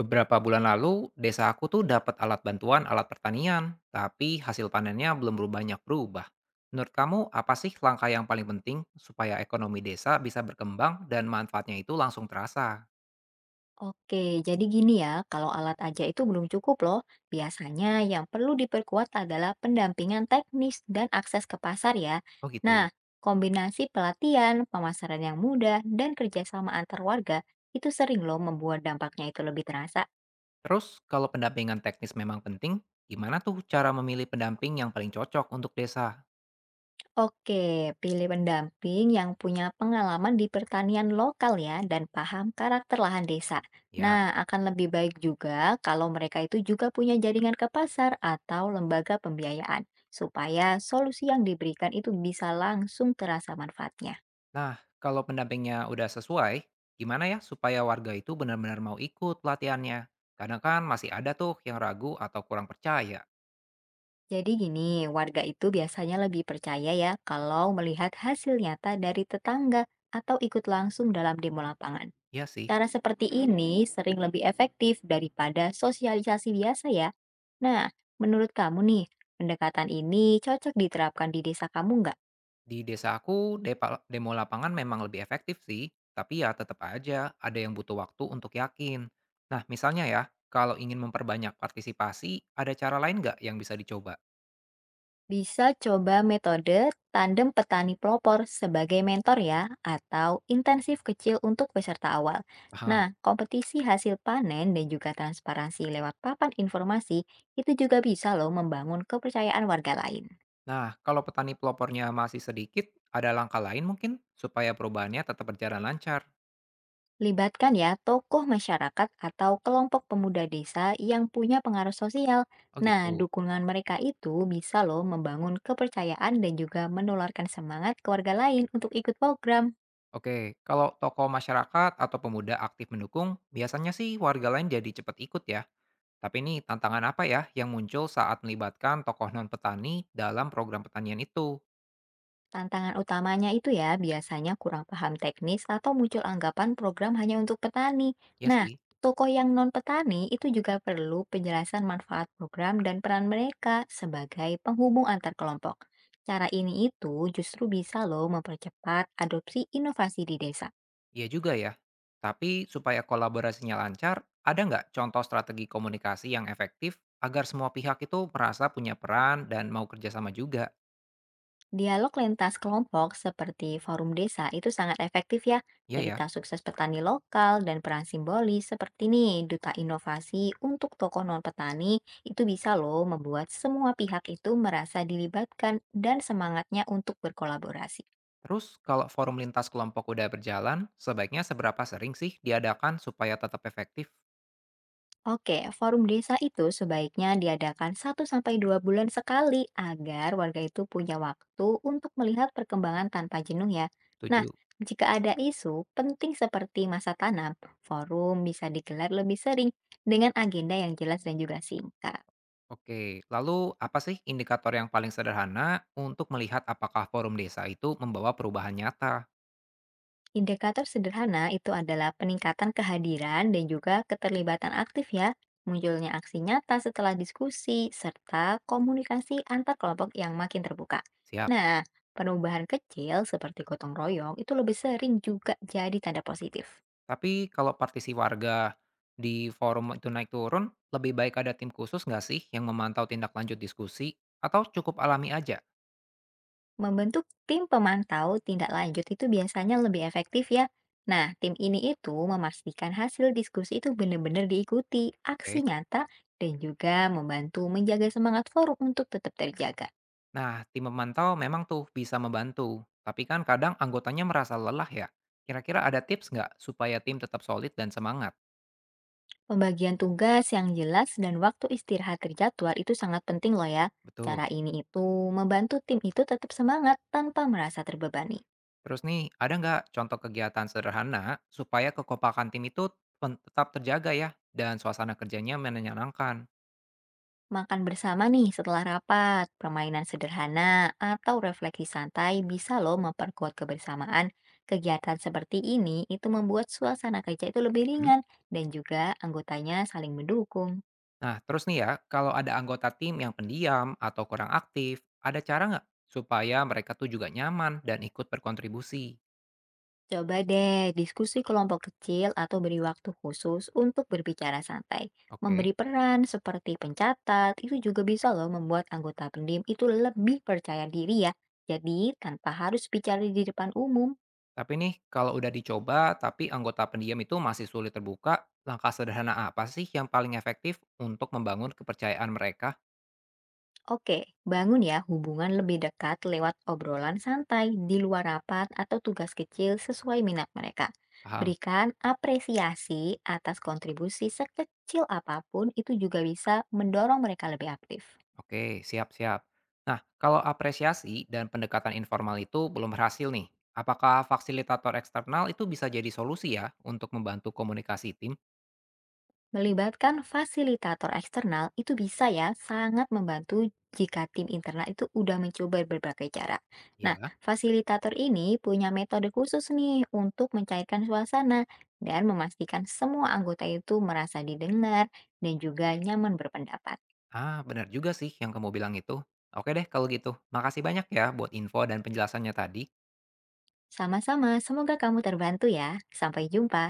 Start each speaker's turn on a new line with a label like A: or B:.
A: Beberapa bulan lalu, desa aku tuh dapat alat bantuan alat pertanian, tapi hasil panennya belum banyak berubah. Menurut kamu, apa sih langkah yang paling penting supaya ekonomi desa bisa berkembang dan manfaatnya itu langsung terasa?
B: Oke, jadi gini ya, kalau alat aja itu belum cukup loh. Biasanya yang perlu diperkuat adalah pendampingan teknis dan akses ke pasar ya.
A: Oh gitu.
B: Nah, kombinasi pelatihan, pemasaran yang mudah, dan kerjasama antar warga itu sering loh membuat dampaknya itu lebih terasa.
A: Terus, kalau pendampingan teknis memang penting, gimana tuh cara memilih pendamping yang paling cocok untuk desa?
B: Oke, pilih pendamping yang punya pengalaman di pertanian lokal ya dan paham karakter lahan desa.
A: Ya.
B: Nah, akan lebih baik juga kalau mereka itu juga punya jaringan ke pasar atau lembaga pembiayaan, supaya solusi yang diberikan itu bisa langsung terasa manfaatnya.
A: Nah, kalau pendampingnya udah sesuai, gimana ya supaya warga itu benar-benar mau ikut pelatihannya? Kadang kan masih ada tuh yang ragu atau kurang percaya.
B: Jadi gini, warga itu biasanya lebih percaya ya kalau melihat hasil nyata dari tetangga atau ikut langsung dalam demo lapangan.
A: Iya sih.
B: Cara seperti ini sering lebih efektif daripada sosialisasi biasa ya. Nah, menurut kamu nih, pendekatan ini cocok diterapkan di desa kamu nggak?
A: Di desa aku, demo lapangan memang lebih efektif sih, tapi ya tetap aja ada yang butuh waktu untuk yakin. Nah, misalnya ya, kalau ingin memperbanyak partisipasi, ada cara lain nggak yang bisa dicoba?
B: Bisa coba metode tandem petani pelopor sebagai mentor ya, atau intensif kecil untuk peserta awal.
A: Paham.
B: Nah, kompetisi hasil panen dan juga transparansi lewat papan informasi itu juga bisa loh membangun kepercayaan warga lain.
A: Nah, kalau petani pelopornya masih sedikit, ada langkah lain mungkin supaya perubahannya tetap berjalan lancar.
B: Libatkan ya tokoh masyarakat atau kelompok pemuda desa yang punya pengaruh sosial.
A: Oh
B: Nah,
A: gitu.
B: dukungan mereka itu bisa loh membangun kepercayaan dan juga menularkan semangat ke warga lain untuk ikut program.
A: Oke, kalau tokoh masyarakat atau pemuda aktif mendukung, biasanya sih warga lain jadi cepat ikut ya. Tapi ini tantangan apa ya yang muncul saat melibatkan tokoh non-petani dalam program pertanian itu?
B: Tantangan utamanya itu ya biasanya kurang paham teknis atau muncul anggapan program hanya untuk petani.
A: Ya
B: Nah,
A: sih,
B: tokoh yang non-petani itu juga perlu penjelasan manfaat program dan peran mereka sebagai penghubung antar kelompok. Cara ini itu justru bisa loh mempercepat adopsi inovasi di desa.
A: iya juga ya. Tapi supaya kolaborasinya lancar, ada nggak contoh strategi komunikasi yang efektif agar semua pihak itu merasa punya peran dan mau kerjasama juga?
B: Dialog lintas kelompok seperti forum desa itu sangat efektif ya.
A: Iya ya.
B: Cerita sukses petani lokal dan peran simbolis seperti nih duta inovasi untuk toko non petani itu bisa loh membuat semua pihak itu merasa dilibatkan dan semangatnya untuk berkolaborasi.
A: Terus kalau forum lintas kelompok udah berjalan, sebaiknya seberapa sering sih diadakan supaya tetap efektif?
B: Oke, forum desa itu sebaiknya diadakan 1 sampai 2 bulan sekali agar warga itu punya waktu untuk melihat perkembangan tanpa jenuh ya. Nah,
A: Tujuh.
B: jika ada isu penting seperti masa tanam, forum bisa digelar lebih sering dengan agenda yang jelas dan juga singkat.
A: Oke, lalu apa sih indikator yang paling sederhana untuk melihat apakah forum desa itu membawa perubahan nyata?
B: Indikator sederhana itu adalah peningkatan kehadiran dan juga keterlibatan aktif ya, munculnya aksi nyata setelah diskusi, serta komunikasi antar kelompok yang makin terbuka.
A: Siap.
B: Nah, perubahan kecil seperti gotong royong itu lebih sering juga jadi tanda positif.
A: Tapi kalau partisi warga di forum itu naik turun, lebih baik ada tim khusus nggak sih yang memantau tindak lanjut diskusi? Atau cukup alami aja?
B: Membentuk tim pemantau tindak lanjut itu biasanya lebih efektif ya. Nah, tim ini itu memastikan hasil diskusi itu benar-benar diikuti, aksi
A: Oke.
B: nyata, dan juga membantu menjaga semangat forum untuk tetap terjaga.
A: Nah, tim memantau memang tuh bisa membantu. Tapi kan kadang anggotanya merasa lelah ya. Kira-kira ada tips nggak supaya tim tetap solid dan semangat?
B: Pembagian tugas yang jelas dan waktu istirahat terjadwal itu sangat penting loh ya.
A: Betul.
B: Cara ini itu membantu tim itu tetap semangat tanpa merasa terbebani.
A: Terus nih, ada nggak contoh kegiatan sederhana supaya kekompakan tim itu tetap terjaga ya dan suasana kerjanya menyenangkan?
B: Makan bersama nih setelah rapat, permainan sederhana, atau refleksi santai bisa loh memperkuat kebersamaan. Kegiatan seperti ini itu membuat suasana kerja itu lebih
A: Hmm?
B: ringan dan juga anggotanya saling mendukung.
A: Nah, terus nih ya, kalau ada anggota tim yang pendiam atau kurang aktif, ada cara nggak supaya mereka tuh juga nyaman dan ikut berkontribusi?
B: Coba deh diskusi kelompok kecil atau beri waktu khusus untuk berbicara santai.
A: Oke.
B: Memberi peran seperti pencatat itu juga bisa loh membuat anggota pendiam itu lebih percaya diri ya. Jadi tanpa harus bicara di depan umum.
A: Tapi nih, kalau udah dicoba tapi anggota pendiam itu masih sulit terbuka, langkah sederhana apa sih yang paling efektif untuk membangun kepercayaan mereka?
B: Oke, bangun ya hubungan lebih dekat lewat obrolan santai di luar rapat atau tugas kecil sesuai minat mereka.
A: Paham?
B: Berikan apresiasi atas kontribusi sekecil apapun itu juga bisa mendorong mereka lebih aktif.
A: Oke, siap-siap. Kalau apresiasi dan pendekatan informal itu belum berhasil nih, apakah fasilitator eksternal itu bisa jadi solusi ya untuk membantu komunikasi tim?
B: Melibatkan fasilitator eksternal itu bisa ya sangat membantu jika tim internal itu udah mencoba berbagai cara. Nah,
A: Ya.
B: fasilitator ini punya metode khusus nih untuk mencairkan suasana dan memastikan semua anggota itu merasa didengar dan juga nyaman berpendapat.
A: Ah, benar juga sih yang kamu bilang itu. Oke deh kalau gitu. Makasih banyak ya buat info dan penjelasannya tadi.
B: Sama-sama, semoga kamu terbantu ya. Sampai jumpa.